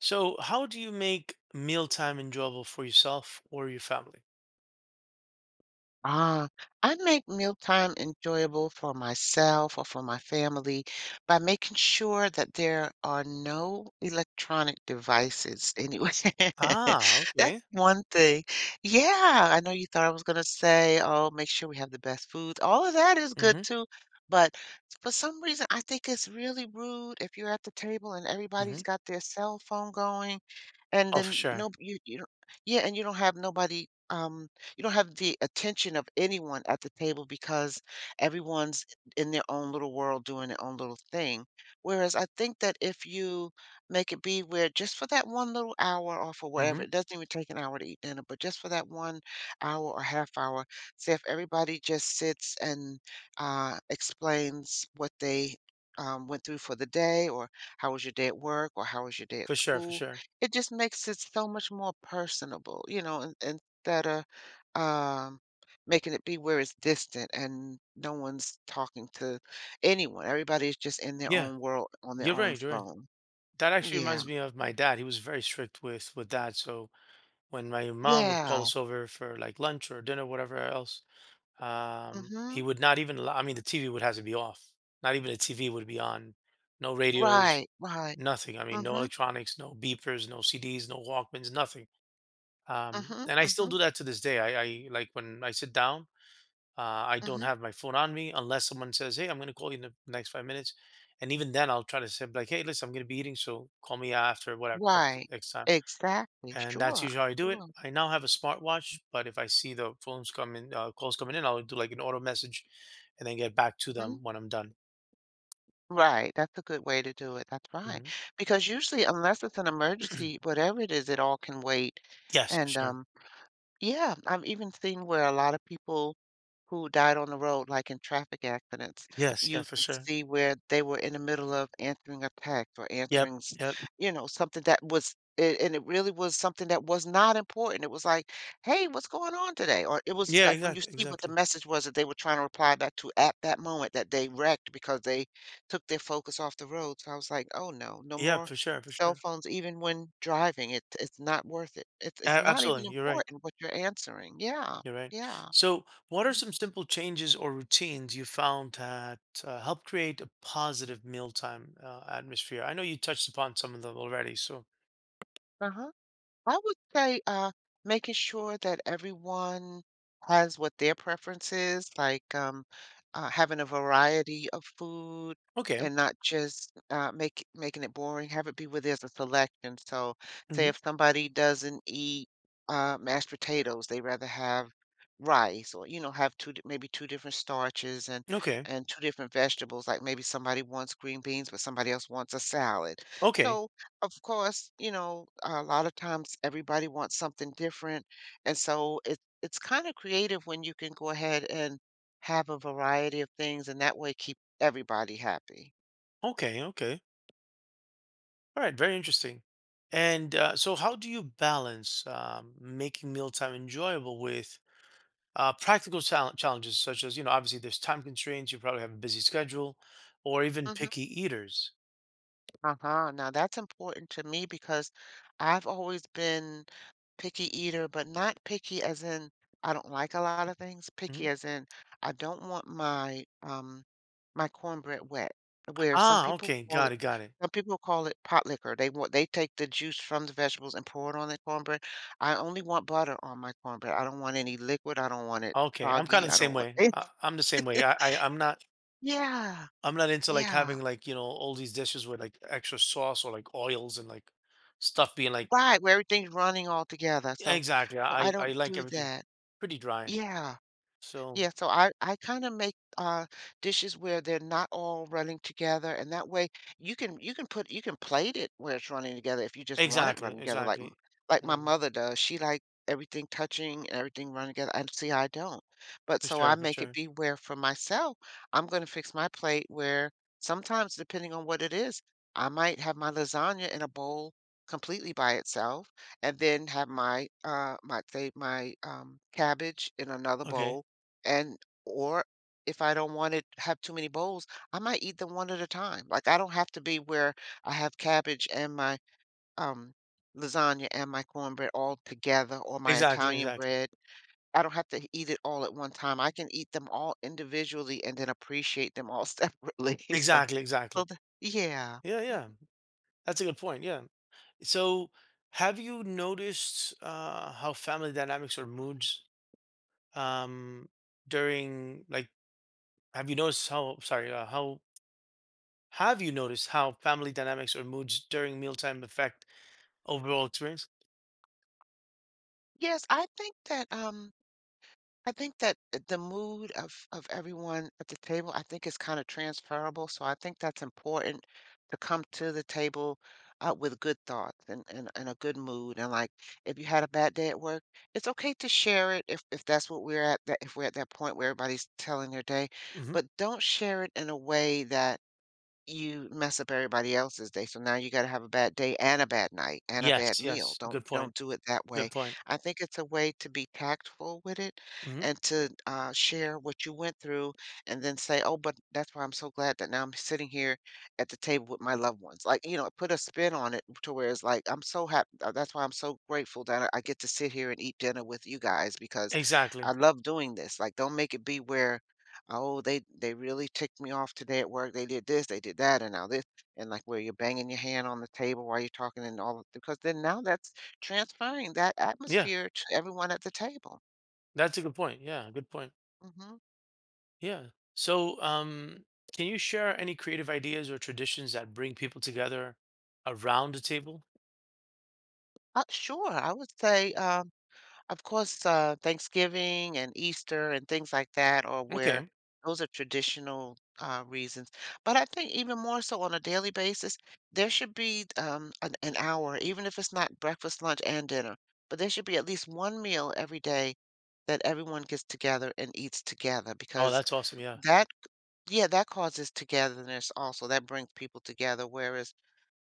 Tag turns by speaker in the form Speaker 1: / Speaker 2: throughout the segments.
Speaker 1: So, how do you make mealtime enjoyable for yourself or your family?
Speaker 2: Ah, I make mealtime enjoyable for myself or for my family by making sure that there are no electronic devices anyway.
Speaker 1: Ah,
Speaker 2: That's
Speaker 1: okay.
Speaker 2: one thing. Yeah, I know you thought I was gonna say, oh, make sure we have the best foods. All of that is good
Speaker 1: Hmm.
Speaker 2: too, but for some reason I think it's really rude if you're at the table and everybody's
Speaker 1: Hmm.
Speaker 2: got their cell phone going and
Speaker 1: Oh, for
Speaker 2: then
Speaker 1: sure.
Speaker 2: no you don't. Yeah, and you don't have nobody, you don't have the attention of anyone at the table because everyone's in their own little world doing their own little thing. Whereas I think that if you make it be where just for that one little hour or for
Speaker 1: Hmm.
Speaker 2: whatever, it doesn't even take an hour to eat dinner, but just for that 1 hour or half hour, say if everybody just sits and, explains what they, went through for the day, or how was your day at work, or how was your day at
Speaker 1: For sure. For
Speaker 2: school.
Speaker 1: sure.
Speaker 2: It just makes it so much more personable, you know, in instead of, um, making it be where it's distant and no one's talking to anyone. Everybody's just in their
Speaker 1: Yeah,
Speaker 2: own world on their
Speaker 1: you're
Speaker 2: own
Speaker 1: right. You're right.
Speaker 2: phone.
Speaker 1: That actually
Speaker 2: Yeah.
Speaker 1: reminds me of my dad. He was very strict with that. So when my mom would
Speaker 2: Yeah.
Speaker 1: call us over for like lunch or dinner, whatever else,
Speaker 2: Mm.
Speaker 1: he
Speaker 2: Mhm.
Speaker 1: would not even allow, I mean, the TV would have to be off. Not even the TV would be on. No radios,
Speaker 2: Right, right.
Speaker 1: nothing. I mean, no
Speaker 2: Mm.
Speaker 1: electronics, no beepers, no CDs, no Walkmans, nothing.
Speaker 2: Mhm,
Speaker 1: And I
Speaker 2: mm
Speaker 1: still do
Speaker 2: mhm,
Speaker 1: that to this day. I like when I sit down, uh, I
Speaker 2: mhm,
Speaker 1: don't
Speaker 2: mhm.
Speaker 1: have my phone on me unless someone says, "Hey, I'm going to call you in the next 5 minutes," and even then, I'll try to say like, "Hey, listen, I'm going to be eating, so call me after whatever
Speaker 2: Right.
Speaker 1: next time."
Speaker 2: Exactly.
Speaker 1: And that's
Speaker 2: Sure,
Speaker 1: usually how I do it.
Speaker 2: sure.
Speaker 1: I now have a smartwatch, but if I see the phones coming, calls coming in, I'll do like an auto message, and then get back to
Speaker 2: Mhm.
Speaker 1: them when I'm done.
Speaker 2: Right, that's a good way to do it, that's right.
Speaker 1: Mhm.
Speaker 2: Because usually, unless it's an emergency, whatever it is, it all can wait,
Speaker 1: Yes, for
Speaker 2: and,
Speaker 1: sure.
Speaker 2: um yeah, I've even seen where a lot of people who died on the road, like in traffic accidents,
Speaker 1: Yes, yeah,
Speaker 2: you
Speaker 1: for
Speaker 2: could
Speaker 1: sure.
Speaker 2: see where they were in the middle of answering a text or
Speaker 1: Yep,
Speaker 2: answering,
Speaker 1: yep.
Speaker 2: you know, something that was, and it really was something that was not important. It was like, hey, what's going on today? Or it was
Speaker 1: Yeah,
Speaker 2: like when you
Speaker 1: exactly,
Speaker 2: see what the
Speaker 1: exactly.
Speaker 2: message was that they were trying to reply back to at that moment that they wrecked because they took their focus off the road. So I was like, oh no, no
Speaker 1: Yeah,
Speaker 2: more
Speaker 1: for sure, for
Speaker 2: cell
Speaker 1: sure.
Speaker 2: phones even when driving. It's not worth it. It's not even
Speaker 1: Absolutely, you're right.
Speaker 2: important what you're answering. Yeah.
Speaker 1: You're right.
Speaker 2: Yeah.
Speaker 1: So, what are
Speaker 2: Mm.
Speaker 1: some simple changes or routines you found that help create a positive mealtime atmosphere? I know you touched upon some of them already. So,
Speaker 2: Uh-huh. I would say making sure that everyone has what their preference is, like having a variety of food
Speaker 1: okay.
Speaker 2: and not just make making it boring. Have it be where there's a selection. So, say
Speaker 1: Hmm.
Speaker 2: if somebody doesn't eat mashed potatoes, they rather have rice, or you know, have maybe two different starches,
Speaker 1: Okay.
Speaker 2: and two different vegetables, like maybe somebody wants green beans but somebody else wants a salad.
Speaker 1: Okay.
Speaker 2: So of course, you know, a lot of times everybody wants something different, and so it's kind of creative when you can go ahead and have a variety of things, and that way keep everybody happy.
Speaker 1: Okay. Okay. All right. Very interesting. And so, how do you balance making mealtime enjoyable with practical challenges, such as, you know, obviously there's time constraints, you probably have a busy schedule, or even
Speaker 2: Mm-hmm.
Speaker 1: picky eaters?
Speaker 2: Uh-huh. Now that's important to me because I've always been picky eater, but not picky as in I don't like a lot of things,
Speaker 1: Hmm.
Speaker 2: picky as in I don't want my my cornbread wet, where some
Speaker 1: Ah,
Speaker 2: people
Speaker 1: okay.
Speaker 2: call
Speaker 1: Got
Speaker 2: it
Speaker 1: it. Got it.
Speaker 2: some people call it pot liquor. They want they take the juice from the vegetables and pour it on the cornbread. I only want butter on my cornbread. I don't want any liquid. I don't want it
Speaker 1: Okay, I'm kinda
Speaker 2: soggy.
Speaker 1: the
Speaker 2: I
Speaker 1: same
Speaker 2: don't want
Speaker 1: way.
Speaker 2: it.
Speaker 1: I'm the same way. I'm not.
Speaker 2: Yeah.
Speaker 1: I'm not into, like,
Speaker 2: Yeah.
Speaker 1: having, like, you know, all these dishes with, like, extra sauce or, like, oils and, like, stuff being, like—
Speaker 2: Right, where everything's running all together, so
Speaker 1: exactly.
Speaker 2: so I
Speaker 1: I
Speaker 2: don't
Speaker 1: like
Speaker 2: do
Speaker 1: everything
Speaker 2: that.
Speaker 1: pretty dry.
Speaker 2: Yeah.
Speaker 1: So
Speaker 2: Yeah, so I kind of make dishes where they're not all running together, and that way you can put you can plate it where it's running together if you just want it
Speaker 1: exactly,
Speaker 2: running together, like
Speaker 1: exactly.
Speaker 2: like my
Speaker 1: And
Speaker 2: mother does. She like everything touching and everything running together. And see, I don't. But
Speaker 1: for
Speaker 2: so I
Speaker 1: sure, for
Speaker 2: make it
Speaker 1: sure.
Speaker 2: be where for myself, I'm going to fix my plate where sometimes depending on what it is, I might have my lasagna in a bowl completely by itself, and then have my my say my cabbage in another
Speaker 1: Okay.
Speaker 2: bowl and or if I don't wanna have too many bowls, I might eat them one at a time. Like, I don't have to be where I have cabbage and my, um, lasagna and my cornbread all together, or my
Speaker 1: Exactly,
Speaker 2: Italian
Speaker 1: exactly.
Speaker 2: bread. I don't have to eat it all at one time. I can eat them all individually and then appreciate them all separately. So
Speaker 1: Exactly, exactly.
Speaker 2: so the yeah.
Speaker 1: Yeah,
Speaker 2: Mhm.
Speaker 1: yeah. That's a good point, yeah. So, have you noticed, how family dynamics or moods, um, during, like— have you noticed how, sorry, how have you noticed how family dynamics or moods during mealtime affect overall experience?
Speaker 2: Yes, I think that the mood of everyone at the table, I think is kind of transferable. So I think that's important to come to the table with good thoughts and a good mood. And like if you had a bad day at work, it's okay to share it if that's what we're at, that if we're at that point where everybody's telling their day,
Speaker 1: Hmm.
Speaker 2: but don't share it in a way that you mess up everybody else's day, so now you gotta have a bad day and a bad night and a bad
Speaker 1: Yes,
Speaker 2: meal.
Speaker 1: yes. Good point.
Speaker 2: Don't do it that way.
Speaker 1: Good point.
Speaker 2: I think it's a way to be tactful with it
Speaker 1: Hmm.
Speaker 2: and to, share what you went through, and then say, "Oh, but that's why I'm so glad that now I'm sitting here at the table with my loved ones." Like, you know, put a spin on it to where it's like, "I'm so happy. That's why I'm so grateful that I get to sit here and eat dinner with you guys because I
Speaker 1: Exactly.
Speaker 2: love doing this." Like, don't make it be where, oh, they really ticked me off today at work. They did this, they did that, and now this, and like where you're banging your hand on the table while you're talking and all, because then now that's transferring that
Speaker 1: Yeah,
Speaker 2: atmosphere to everyone at the table.
Speaker 1: that's a good point. Yeah, good point.
Speaker 2: Hmm.
Speaker 1: Yeah. So, can you share any creative ideas or traditions that bring people together around the table?
Speaker 2: Sure, I would say. Of course, Thanksgiving and Easter and things like that are where
Speaker 1: Okay.
Speaker 2: those are traditional reasons. But I think even more so on a daily basis, there should be an hour, even if it's not breakfast, lunch, and dinner, but there should be at least one meal every day that everyone gets together and eats together,
Speaker 1: Oh,
Speaker 2: because
Speaker 1: that's awesome. Yeah.
Speaker 2: that yeah, that causes togetherness also. That brings people together. Whereas,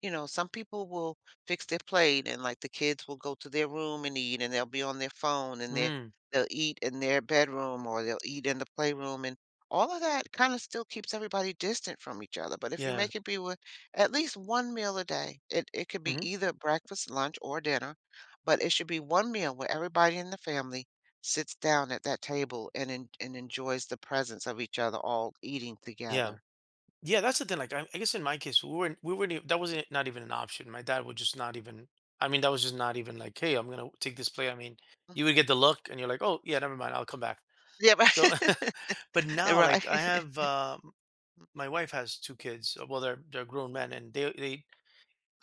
Speaker 2: you know, some people will fix their plate and like the kids will go to their room and eat and they'll be on their phone and they
Speaker 1: Mm,
Speaker 2: they'll eat in their bedroom or they'll eat in the playroom, and all of that kind of still keeps everybody distant from each other. But if you
Speaker 1: yeah.
Speaker 2: make it be with at least one meal a day, it could be
Speaker 1: Hmm.
Speaker 2: either breakfast, lunch, or dinner, but it should be one meal where everybody in the family sits down at that table and enjoys the presence of each other all eating
Speaker 1: Yeah.
Speaker 2: together.
Speaker 1: Yeah. That's the thing. Like, I guess in my case, we weren't, that wasn't not even an option. My dad would just not even— I mean, that was just not even like, hey, I'm going to take this play. I mean,
Speaker 2: Mm.
Speaker 1: you would get the look and you're like, oh, yeah, never mind. I'll come back.
Speaker 2: Yeah,
Speaker 1: So,
Speaker 2: right.
Speaker 1: but now,
Speaker 2: Right.
Speaker 1: like, I have, my wife has two kids. Well, they're grown men and they—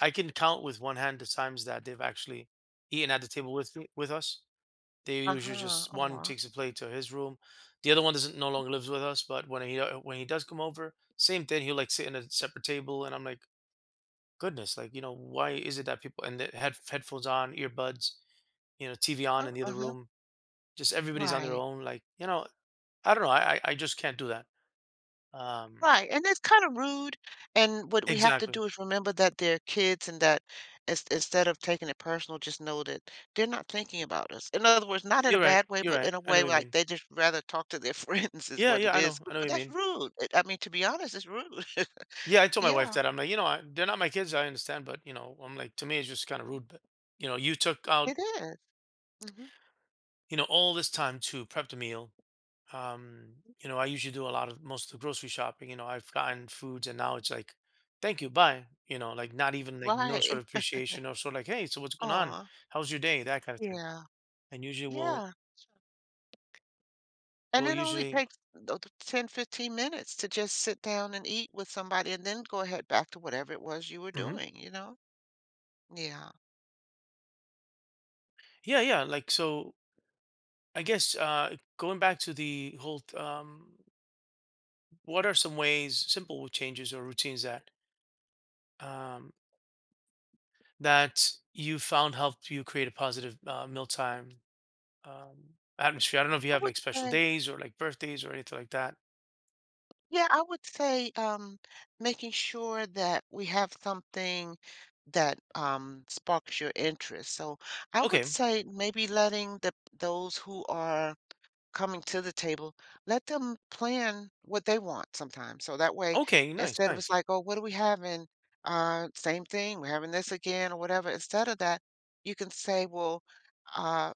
Speaker 1: I can count with one hand the times that they've actually eaten at the table with me, with us. They usually
Speaker 2: Uh-huh,
Speaker 1: just one takes a plate to his room, the other one doesn't no longer lives with us. But when he does come over, same thing. He'll like sit in a separate table, and I'm like, goodness, like you know, why is it that people and they had headphones on, earbuds, you know, TV on in the other
Speaker 2: huh
Speaker 1: room, just everybody's on their
Speaker 2: right,
Speaker 1: own. Like you know, I don't know. I just can't do that. Um,
Speaker 2: right, and it's kinda rude, and what we have to
Speaker 1: exactly.
Speaker 2: do is remember that they're kids, and that instead of taking it personal, just know that they're not thinking about us. In other words, not in a
Speaker 1: You're right.
Speaker 2: bad way,
Speaker 1: You're
Speaker 2: but
Speaker 1: right.
Speaker 2: in a
Speaker 1: I know
Speaker 2: way
Speaker 1: what you
Speaker 2: like
Speaker 1: mean.
Speaker 2: they just rather talk to their friends is
Speaker 1: Yeah,
Speaker 2: what
Speaker 1: yeah.
Speaker 2: it
Speaker 1: I know.
Speaker 2: is,
Speaker 1: I know what
Speaker 2: but
Speaker 1: you
Speaker 2: that's
Speaker 1: mean.
Speaker 2: rude. I mean, to be honest, it's rude.
Speaker 1: Yeah, I told my wife
Speaker 2: Yeah,
Speaker 1: that I'm like, you know, they're not my kids. I understand, but you know, I'm like, to me, it's just kind of
Speaker 2: mhm,
Speaker 1: rude. But you know, you took out,
Speaker 2: it is, mhm,
Speaker 1: you know, all this time to prep the meal. Um, you know, I usually do a lot of most of the grocery shopping. You know, I've gotten foods, and now it's like, thank you, bye. You know, like not even like no
Speaker 2: right.
Speaker 1: sort of appreciation or sort of like, hey, so what's going on?
Speaker 2: Aw,
Speaker 1: How's your day? That kind of thing.
Speaker 2: yeah,
Speaker 1: And usually
Speaker 2: yeah, and
Speaker 1: we'll
Speaker 2: it only
Speaker 1: usually,
Speaker 2: takes the 10, 15 to just sit down and eat with somebody and then go ahead back to whatever it was you were
Speaker 1: mhm.
Speaker 2: doing, you know? Yeah,
Speaker 1: Yeah, yeah. Like so, I guess going back to the whole, what are some ways, simple changes or routines that um, that you found helped you create a positive mealtime um, atmosphere. I don't know if you
Speaker 2: I
Speaker 1: have
Speaker 2: would
Speaker 1: like special
Speaker 2: say
Speaker 1: days or like birthdays or anything like that.
Speaker 2: yeah, I would say, making sure that we have something that, sparks your interest, so I would
Speaker 1: Okay.
Speaker 2: say maybe letting the those who are coming to the table, let them plan what they want sometimes. So that way,
Speaker 1: Okay. Nice.
Speaker 2: instead of
Speaker 1: Nice.
Speaker 2: it's like, oh, what are we having? Same thing, we're having this again or whatever. Instead of that, you can say, well, uh,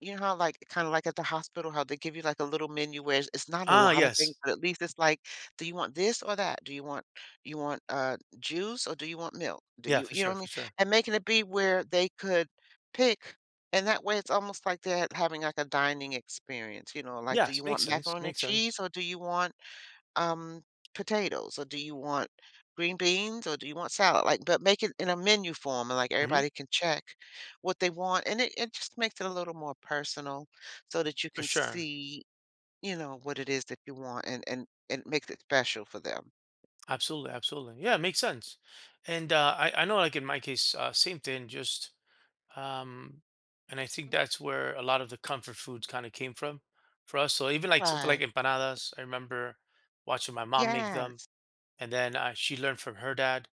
Speaker 2: you know how, like, kinda like at the hospital, how they give you, like, a little menu where it's not a
Speaker 1: Ah,
Speaker 2: lot of things,
Speaker 1: yes.
Speaker 2: but at least it's like, "Do you want this or that? Do you want, you want, juice or do you want milk? Do
Speaker 1: Yeah,
Speaker 2: you,"
Speaker 1: for
Speaker 2: you know
Speaker 1: sure.
Speaker 2: what I
Speaker 1: For
Speaker 2: mean?
Speaker 1: sure.
Speaker 2: And making it be where they could pick, and that way it's almost like they're having, like, a dining experience, you know, like, "Do
Speaker 1: Yes.
Speaker 2: you
Speaker 1: Makes
Speaker 2: want
Speaker 1: sense.
Speaker 2: macaroni and
Speaker 1: Makes sense.
Speaker 2: cheese or do you want" um, potatoes, or do you want green beans, or do you want salad? Like, but make it in a menu form, and like
Speaker 1: Hmm.
Speaker 2: everybody can check what they want, and it just makes it a little more personal, so that you
Speaker 1: For
Speaker 2: can
Speaker 1: sure.
Speaker 2: see, you know, what it is that you want, and it makes it special for them.
Speaker 1: Absolutely. Absolutely. Yeah. Makes sense. And I know, like in my case, same thing, just, um, and I think that's where a lot of the comfort foods kind of came from for us. So even like something like
Speaker 2: Right.
Speaker 1: empanadas, I remember watching my mom make them
Speaker 2: Yes.
Speaker 1: and then she learned from her dad.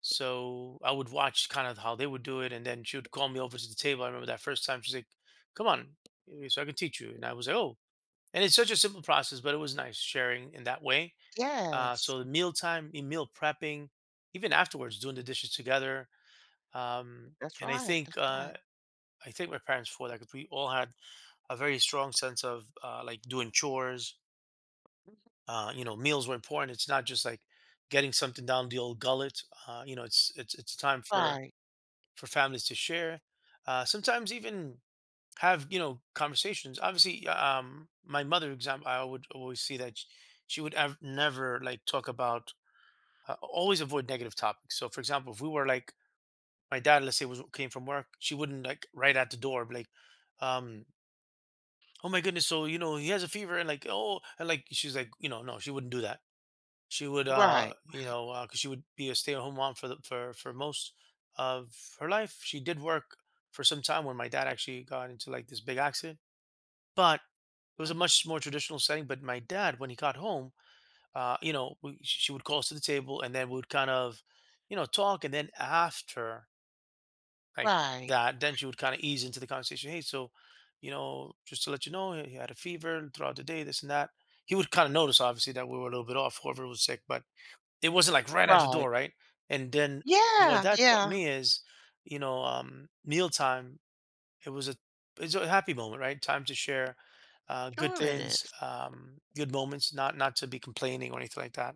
Speaker 1: So I would watch kind of how they would do it, and then she would call me over to the table. I remember that first time she's like, "Come on, so I can teach you," and I was like, "Oh." And it's such a simple process, but it was nice sharing in that way.
Speaker 2: Yes.
Speaker 1: So the meal time, in meal prepping, even afterwards, doing the dishes together. Um,
Speaker 2: That's
Speaker 1: and I
Speaker 2: right.
Speaker 1: think
Speaker 2: That's right.
Speaker 1: I thank my parents for that because we all had a very strong sense of like doing chores you know, meals were important. It's not just like getting something down the old gullet. You know, it's time
Speaker 2: Right.
Speaker 1: for families to share. Sometimes even have you know conversations. Obviously, my mother example, I would always see that she would never like talk about. Always avoid negative topics. So, for example, if we were like my dad, let's say was came from work, she wouldn't like right at the door be like, um, oh my goodness, so you know he has a fever and like oh and like she's like you know no, she wouldn't do that. She would
Speaker 2: Right.
Speaker 1: you
Speaker 2: Right.
Speaker 1: know 'cause she would be a stay-at-home mom for the for most of her life. She did work for some time when my dad actually got into like this big accident, but it was a
Speaker 2: Right.
Speaker 1: much more traditional setting. But my dad when he got home, you know we, she would call us to the table and then we would kind of you know talk and then after like
Speaker 2: Right.
Speaker 1: that, then she would kind of ease into the conversation, hey so you know just to let you know he had a fever throughout the day this and that. He would kind of notice obviously that we were a little bit off whoever was sick, but it wasn't like right at the door,
Speaker 2: Right.
Speaker 1: right? And then what
Speaker 2: Yeah.
Speaker 1: that taught
Speaker 2: Yeah.
Speaker 1: me is, you know, mealtime. It was a it's a happy moment, right? Time to share good
Speaker 2: Sure it
Speaker 1: things,
Speaker 2: is.
Speaker 1: good moments. Not to be complaining or anything like that.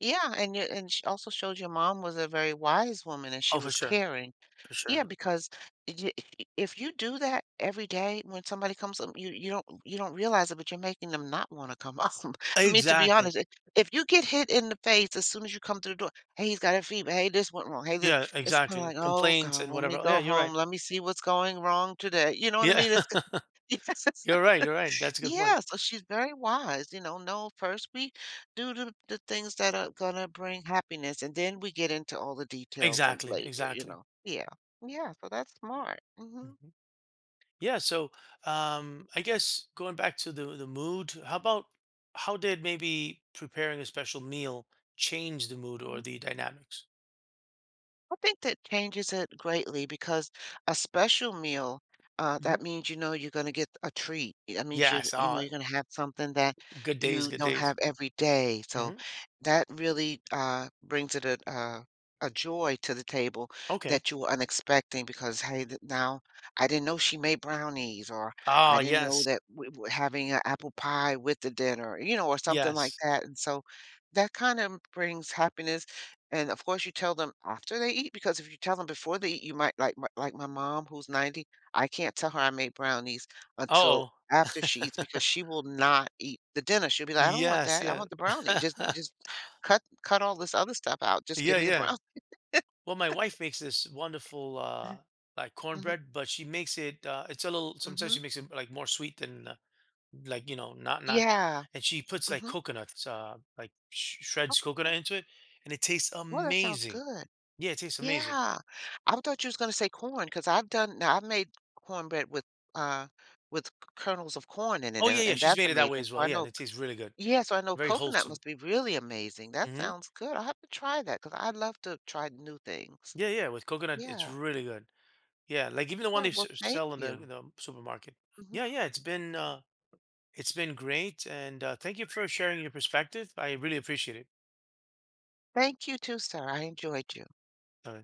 Speaker 2: Yeah, and you and she also showed your mom was a very wise woman and she
Speaker 1: Oh, for
Speaker 2: was
Speaker 1: sure,
Speaker 2: caring.
Speaker 1: for sure.
Speaker 2: Yeah, because y- if you do that every day when somebody comes up, you you don't realize it, but you're making them not want to come up. I mean, to be
Speaker 1: Exactly.
Speaker 2: honest, if you get hit in the face as soon as you come through the door, hey, he's got a fever. Hey, this went wrong. Hey, this.
Speaker 1: Yeah,
Speaker 2: It's kind of
Speaker 1: exactly.
Speaker 2: like, oh
Speaker 1: Complaints
Speaker 2: God,
Speaker 1: and
Speaker 2: let me
Speaker 1: whatever. Yeah,
Speaker 2: go
Speaker 1: you're right.
Speaker 2: home. Let me see what's going wrong today. You know what I
Speaker 1: Yeah,
Speaker 2: mean? It's yes.
Speaker 1: you're right. You're right. That's a good point.
Speaker 2: Yeah, so she's very wise, you know, no, first we do the things that are gonna bring happiness, and then we get into all the details and
Speaker 1: Exactly.
Speaker 2: later, you
Speaker 1: Exactly.
Speaker 2: know? Yeah. Yeah, so that's smart. Mhm.
Speaker 1: Hmm. Yeah, so I guess going back to the mood, how about how did maybe preparing a special meal change the mood or the dynamics?
Speaker 2: I think that changes it greatly because a special meal,
Speaker 1: Hmm.
Speaker 2: that means you know you're going to get a treat. That means you're
Speaker 1: Yes.
Speaker 2: you know
Speaker 1: Oh,
Speaker 2: you're going to have something that
Speaker 1: good days,
Speaker 2: you
Speaker 1: good
Speaker 2: don't
Speaker 1: days.
Speaker 2: have every day. So
Speaker 1: Hmm.
Speaker 2: that really brings it a joy to the table
Speaker 1: Okay.
Speaker 2: that you were unexpecting because hey now I didn't know she made brownies, or
Speaker 1: Oh,
Speaker 2: I didn't know
Speaker 1: yes,
Speaker 2: that we were having an apple pie with the dinner, you know, or something like
Speaker 1: yes.
Speaker 2: that. And so that kind of brings happiness, and of course, you tell them after they eat, because if you tell them before they eat, you might, like my mom, who's 90, I can't tell her I made brownies until
Speaker 1: Oh,
Speaker 2: after she eats because she will not eat the dinner. She'll be like, "I don't want
Speaker 1: yes,
Speaker 2: that. I
Speaker 1: yeah,
Speaker 2: want the brownie. Just cut all this other stuff out. Just
Speaker 1: yeah,
Speaker 2: give me the
Speaker 1: yeah.
Speaker 2: brown."
Speaker 1: Well, my wife makes this wonderful like
Speaker 2: Mhm,
Speaker 1: cornbread, but she makes it. It's a little. Sometimes
Speaker 2: mhm.
Speaker 1: she makes it like more sweet than like you know not.
Speaker 2: Yeah,
Speaker 1: And she puts like
Speaker 2: mhm.
Speaker 1: coconuts, like shreds coconut
Speaker 2: Okay.
Speaker 1: into it, and it tastes
Speaker 2: Well, that sounds
Speaker 1: amazing.
Speaker 2: good.
Speaker 1: Yeah, it tastes amazing.
Speaker 2: Yeah. I thought you was gonna say corn, because 'cause I've done now I've made cornbread uh, with kernels of corn in it,
Speaker 1: Oh yeah, yeah,
Speaker 2: and
Speaker 1: she's
Speaker 2: that's
Speaker 1: made it that way
Speaker 2: amazing.
Speaker 1: as
Speaker 2: So
Speaker 1: well.
Speaker 2: I
Speaker 1: Yeah, and
Speaker 2: know.
Speaker 1: it tastes really good,
Speaker 2: Yeah, so I know
Speaker 1: very
Speaker 2: coconut
Speaker 1: wholesome.
Speaker 2: must be really amazing. That
Speaker 1: Hmm.
Speaker 2: sounds good. I'll have to try that because I love to try new things.
Speaker 1: Yeah, yeah, with coconut, it's
Speaker 2: Yeah.
Speaker 1: really good. Yeah, like even the one
Speaker 2: Yeah,
Speaker 1: they
Speaker 2: well, thank
Speaker 1: sell
Speaker 2: you.
Speaker 1: in the supermarket.
Speaker 2: Mhm.
Speaker 1: Yeah, yeah, it's been great, and thank you for sharing your perspective. I really appreciate it.
Speaker 2: Thank you too, sir. I enjoyed you.
Speaker 1: Uh,